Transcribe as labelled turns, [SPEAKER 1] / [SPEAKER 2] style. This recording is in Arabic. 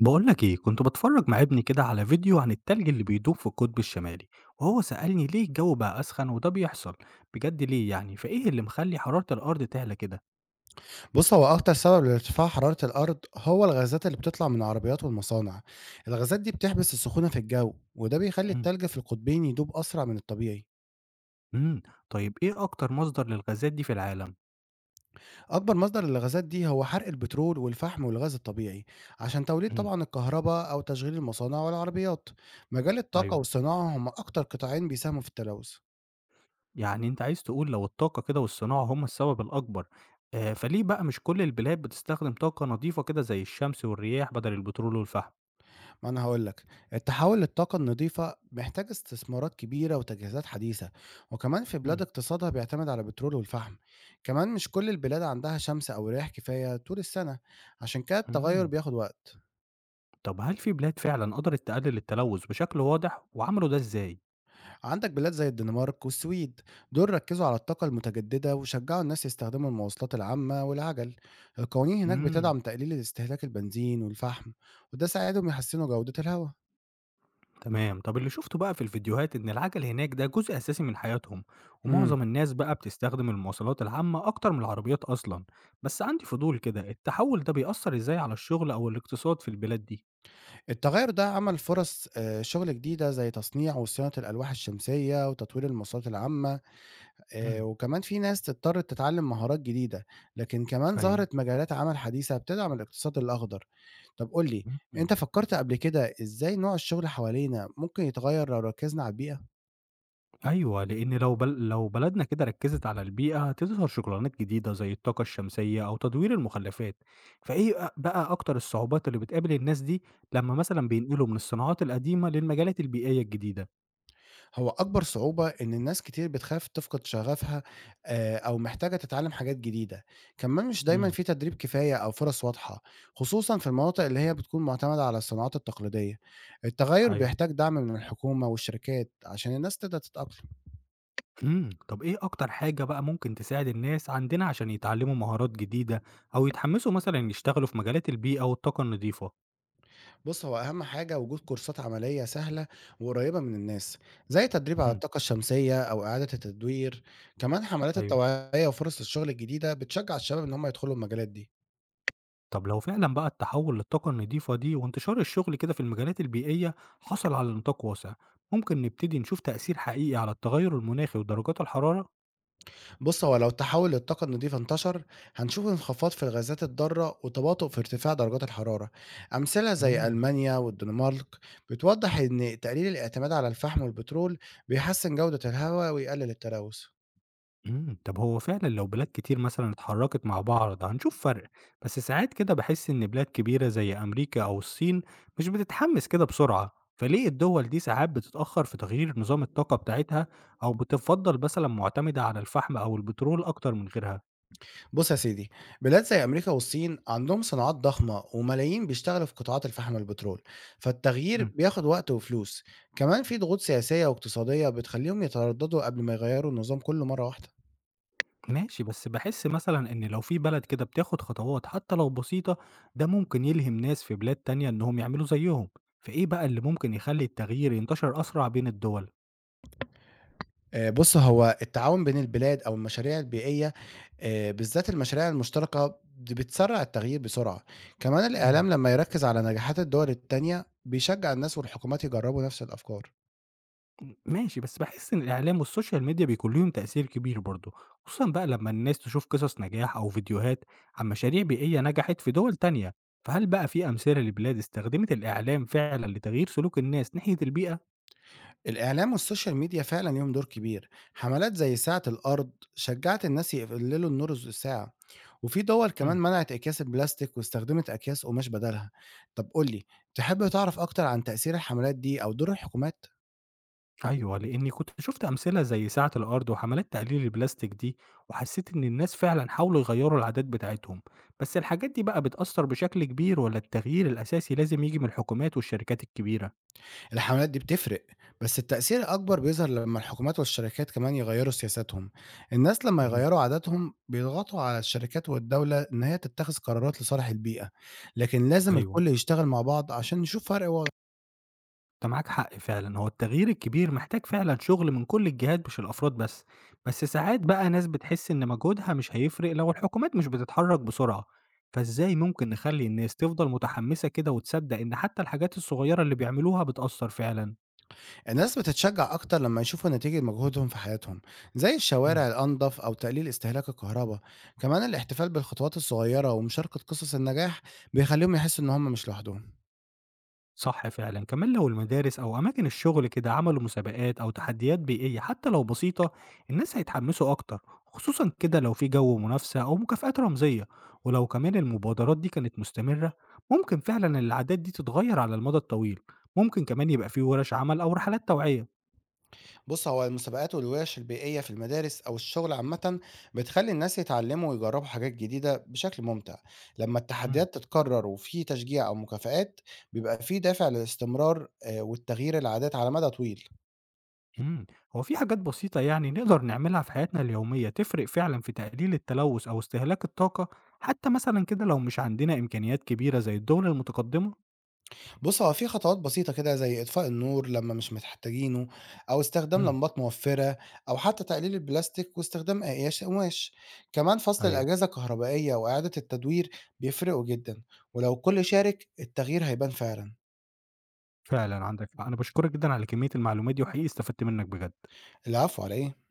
[SPEAKER 1] بقول لك ايه، كنت بتفرج مع ابني كده على فيديو عن التلج اللي بيدوب في القطب الشمالي، وهو سألني ليه الجو بقى أسخن وده بيحصل بجد. ليه يعني؟ فايه اللي مخلي حرارة الأرض تعلى كده؟
[SPEAKER 2] بُص، هو أكتر سبب لارتفاع حرارة الأرض هو الغازات اللي بتطلع من العربيات والمصانع. الغازات دي بتحبس السخونة في الجو، وده بيخلّي
[SPEAKER 1] امم.
[SPEAKER 2] التلج في القطبين يدوب أسرع من الطبيعي.
[SPEAKER 1] أمم، طيب ايه أكتر مصدر للغازات دي في العالم؟
[SPEAKER 2] أكبر مصدر للغازات دي هو حرق البترول والفحم والغاز الطبيعي، عشان توليد
[SPEAKER 1] امم.
[SPEAKER 2] طبعًا الكهربا أو تشغيل المصانع والعربيات. مجال الطاقة
[SPEAKER 1] ايوه،
[SPEAKER 2] والصناعة هم أكتر قطاعين بيساهموا في التلوث.
[SPEAKER 1] يعني انت عايز تقول لو الطاقة كده والصناعة هم السبب الأكبر. آه، فليه بقى مش كل البلاد بتستخدم طاقة نظيفة كده زي الشمس والرياح بدل البترول والفحم؟
[SPEAKER 2] ما أنا هاقول لك، التحول للطاقة النضيفة محتاج استثمارات كبيرة وتجهيزات حديثة، وكمان في بلاد
[SPEAKER 1] امم.
[SPEAKER 2] اقتصادها بيعتمد على البترول والفحم، كمان مش كل البلاد عندها شمس أو رياح كفاية طول السنة، عشان كده التغير
[SPEAKER 1] أمم،
[SPEAKER 2] بياخد وقت.
[SPEAKER 1] طب هل في بلاد فعلا قدرت تقلل التلوث بشكل واضح وعملوا ده ازاي؟
[SPEAKER 2] عندك بلاد زي الدنمارك والسويد، دول ركزوا على الطاقة المتجددة وشجعوا الناس يستخدموا المواصلات العامة والعجل. القوانين هناك
[SPEAKER 1] مم.
[SPEAKER 2] بتدعم تقليل استهلاك البنزين والفحم، وده ساعدهم يحسنوا جودة الهواء.
[SPEAKER 1] تمام، طب اللي شفته بقى في الفيديوهات إن العجل هناك ده جزء أساسي من حياتهم،
[SPEAKER 2] امم
[SPEAKER 1] ومعظم الناس بقى بتستخدم المواصلات العامة أكتر من العربيات أصلا. بس عندي فضول كده، التحول ده بيأثر إزاي على الشغل أو الاقتصاد في البلاد دي؟
[SPEAKER 2] التغير ده عمل فرص شغل جديدة زي تصنيع وصيانة الألواح الشمسية وتطوير المواصلات العامة
[SPEAKER 1] مم.
[SPEAKER 2] وكمان في ناس اضطرت تتعلم مهارات جديدة. لكن كمان
[SPEAKER 1] أيوه.
[SPEAKER 2] ظهرت مجالات عمل حديثة بتدعم الاقتصاد الأخضر. طب قولي،
[SPEAKER 1] مم.
[SPEAKER 2] أنت فكرت قبل كده إزاي نوع الشغل حوالينا ممكن يتغير لو ركزنا على البيئة؟
[SPEAKER 1] ايوه، لان لو بلدنا كده ركزت على البيئه هتظهر شغلانات جديده زي الطاقه الشمسيه او تدوير المخلفات. فايه بقى اكتر الصعوبات اللي بتقابل الناس دي لما مثلا بينقلوا من الصناعات القديمه للمجالات البيئيه الجديده؟
[SPEAKER 2] هو أكبر صعوبة إن الناس كتير بتخاف تفقد شغفها، أو محتاجة تتعلم حاجات جديدة. كمان مش دايما
[SPEAKER 1] مم.
[SPEAKER 2] في تدريب كفاية أو فرص واضحة، خصوصا في المناطق اللي هي بتكون معتمدة على الصناعات التقليدية. التغير
[SPEAKER 1] ايوه.
[SPEAKER 2] بيحتاج دعم من الحكومة والشركات عشان الناس تقدر تتأقلم.
[SPEAKER 1] إمم، طب إيه أكتر حاجة بقى ممكن تساعد الناس عندنا عشان يتعلموا مهارات جديدة، أو يتحمسوا مثلًا يشتغلوا في مجالات البيئة والطاقة النضيفة؟
[SPEAKER 2] بص، هو أهم حاجة وجود كورسات عملية سهلة وقريبة من الناس، زي تدريب على
[SPEAKER 1] إمم.
[SPEAKER 2] الطاقة الشمسية أو إعادة التدوير. كمان حملات
[SPEAKER 1] أيوه،
[SPEAKER 2] التوعية وفرص الشغل الجديدة بتشجع الشباب إن هم يدخلوا المجالات دي.
[SPEAKER 1] طب لو فعلًا بقى التحول للطاقة النضيفة دي وانتشار الشغل كده في المجالات البيئية حصل على نطاق واسع، ممكن نبتدي نشوف تأثير حقيقي على التغير المناخي ودرجات الحرارة؟
[SPEAKER 2] بص، هو لو تحول للطاقة النظيفة انتشر، هنشوف انخفاض في الغازات الضارة وتباطؤ في ارتفاع درجات الحرارة. أمثلة زي
[SPEAKER 1] إمم.
[SPEAKER 2] ألمانيا والدنمارك بتوضح إن تقليل الاعتماد على الفحم والبترول بيحسن جودة الهواء ويقلل التلوث.
[SPEAKER 1] إمم، طب هو فعلًا لو بلاد كتير مثلًا اتحركت مع بعض هنشوف فرق، بس ساعات كده باحس إن بلاد كبيرة زي أمريكا أو الصين مش بتتحمس كده بسرعة، فليه الدول دي ساعات بتتأخر في تغيير نظام الطاقة بتاعتها أو بتفضل مثلًا معتمدة على الفحم أو البترول أكتر من غيرها؟
[SPEAKER 2] بص يا سيدي، بلاد زي أمريكا والصين عندهم صناعات ضخمة وملايين بيشتغلوا في قطاعات الفحم والبترول،
[SPEAKER 1] إمم،
[SPEAKER 2] فالتغيير بياخد وقت وفلوس. كمان في ضغوط سياسية واقتصادية بتخليهم يترددوا قبل ما يغيروا النظام كله مرة واحدة.
[SPEAKER 1] ماشي، بس باحس مثلًا إن لو في بلد كده بتاخد خطوات حتى لو بسيطة، ده ممكن يلهم ناس في بلاد تانية إنهم يعملوا زيهم، فإيه بقى اللي ممكن يخلي التغيير ينتشر أسرع بين الدول؟
[SPEAKER 2] بُص، هو التعاون بين البلاد أو المشاريع البيئية، بالذات المشاريع المشتركة، بتسرّع التغيير بسرعة. كمان
[SPEAKER 1] إمم.
[SPEAKER 2] الإعلام لمّا يركّز على نجاحات الدول التانية، بيشجّع الناس والحكومات يجرّبوا نفس الأفكار.
[SPEAKER 1] ماشي، بس باحس إن الإعلام والسوشيال ميديا بيكون ليهم تأثير كبير برضه، خصوصًا بقى لمّا الناس تشوف قصص نجاح أو فيديوهات عن مشاريع بيئية نجحت في دول تانية، فهل بقى في أمثلة لبلاد استخدمت الإعلام فعلًا لتغيير سلوك الناس ناحية البيئة؟
[SPEAKER 2] الإعلام والسوشيال ميديا فعلًا ليهم دور كبير. حملات زي ساعة الأرض شجّعت الناس يقللوا النور الساعة، وفي دول كمان
[SPEAKER 1] إمم،
[SPEAKER 2] منعت أكياس البلاستيك واستخدمت أكياس قماش بدالها. طب قُل لي، تحب تعرف أكتر عن تأثير الحملات دي أو دور الحكومات؟
[SPEAKER 1] أيوه، لإني كنت شُفت أمثلة زي ساعة الأرض وحملات تقليل البلاستيك دي، وحسيت إن الناس فعلًا حاولوا يغيّروا العادات بتاعتهم، بس الحاجات دي بقى بتأثّر بشكل كبير والّا التغيير الأساسي لازم ييجي من الحكومات والشركات الكبيرة؟
[SPEAKER 2] الحملات دي بتفرق، بس التأثير الأكبر بيظهر لمّا الحكومات والشركات كمان يغيّروا سياساتهم، الناس لمّا
[SPEAKER 1] اهم.
[SPEAKER 2] يغيّروا عاداتهم بيضغطوا على الشركات والدولة إن هي تتخذ قرارات لصالح البيئة، لكن لازم
[SPEAKER 1] أيوه.
[SPEAKER 2] الكل يشتغل مع بعض عشان نشوف فرق واضح.
[SPEAKER 1] أنت معاك حق فعلًا، هو التغيير الكبير محتاج فعلًا شغل من كل الجهات مش الأفراد بس، بس ساعات بقى ناس بتحس إن مجهودها مش هيفرق لو الحكومات مش بتتحرك بسرعة، فإزاي ممكن نخلي الناس تفضل متحمسة كده وتصدق إن حتى الحاجات الصغيرة اللي بيعملوها بتأثر فعلًا؟
[SPEAKER 2] الناس بتتشجع أكتر لمّا يشوفوا نتيجة مجهودهم في حياتهم، زي
[SPEAKER 1] إمم.
[SPEAKER 2] الشوارع الأنضف أو تقليل استهلاك الكهرباء. كمان الاحتفال بالخطوات الصغيرة ومشاركة قصص النجاح بيخلّيهم يحسّوا إن هم مش لوحدهم.
[SPEAKER 1] صح فعلا، كمان لو المدارس أو أماكن الشغل كده عملوا مسابقات أو تحديات بيئية حتى لو بسيطة الناس هيتحمسوا أكتر، خصوصا كده لو في جو منافسة أو مكافآت رمزية. ولو كمان المبادرات دي كانت مستمرة ممكن فعلا العادات دي تتغير على المدى الطويل. ممكن كمان يبقى في ورش عمل أو رحلات توعية.
[SPEAKER 2] بص، هو المسابقات والورش البيئية في المدارس أو الشغل عامة بتخلي الناس يتعلموا ويجربوا حاجات جديدة بشكل ممتع. لما
[SPEAKER 1] مم.
[SPEAKER 2] التحديات تتكرر وفي تشجيع أو مكافآت، بيبقى في دافع للاستمرار، والتغيير العادات على مدى طويل.
[SPEAKER 1] مم. هو في حاجات بسيطة يعني نقدر نعملها في حياتنا اليومية تفرق فعلا في تقليل التلوث أو استهلاك الطاقة، حتى مثلا كده لو مش عندنا إمكانيات كبيرة زي الدول المتقدمة.
[SPEAKER 2] بص، هو في خطوات بسيطة كده زي إطفاء النور لما مش محتاجينه، أو استخدام
[SPEAKER 1] مم.
[SPEAKER 2] لمبات موفرة، أو حتى تقليل البلاستيك واستخدام أقياس قماش. كمان فصل
[SPEAKER 1] أيوه.
[SPEAKER 2] الأجهزة الكهربائية وإعادة التدوير بيفرقوا جدا، ولو كل شارك التغيير هيبان فعلا.
[SPEAKER 1] فعلًا عندك حق، أنا باشكرك جدًا على كمية المعلومات دي، وحقيقي استفدت منك بجد.
[SPEAKER 2] العفو على إيه؟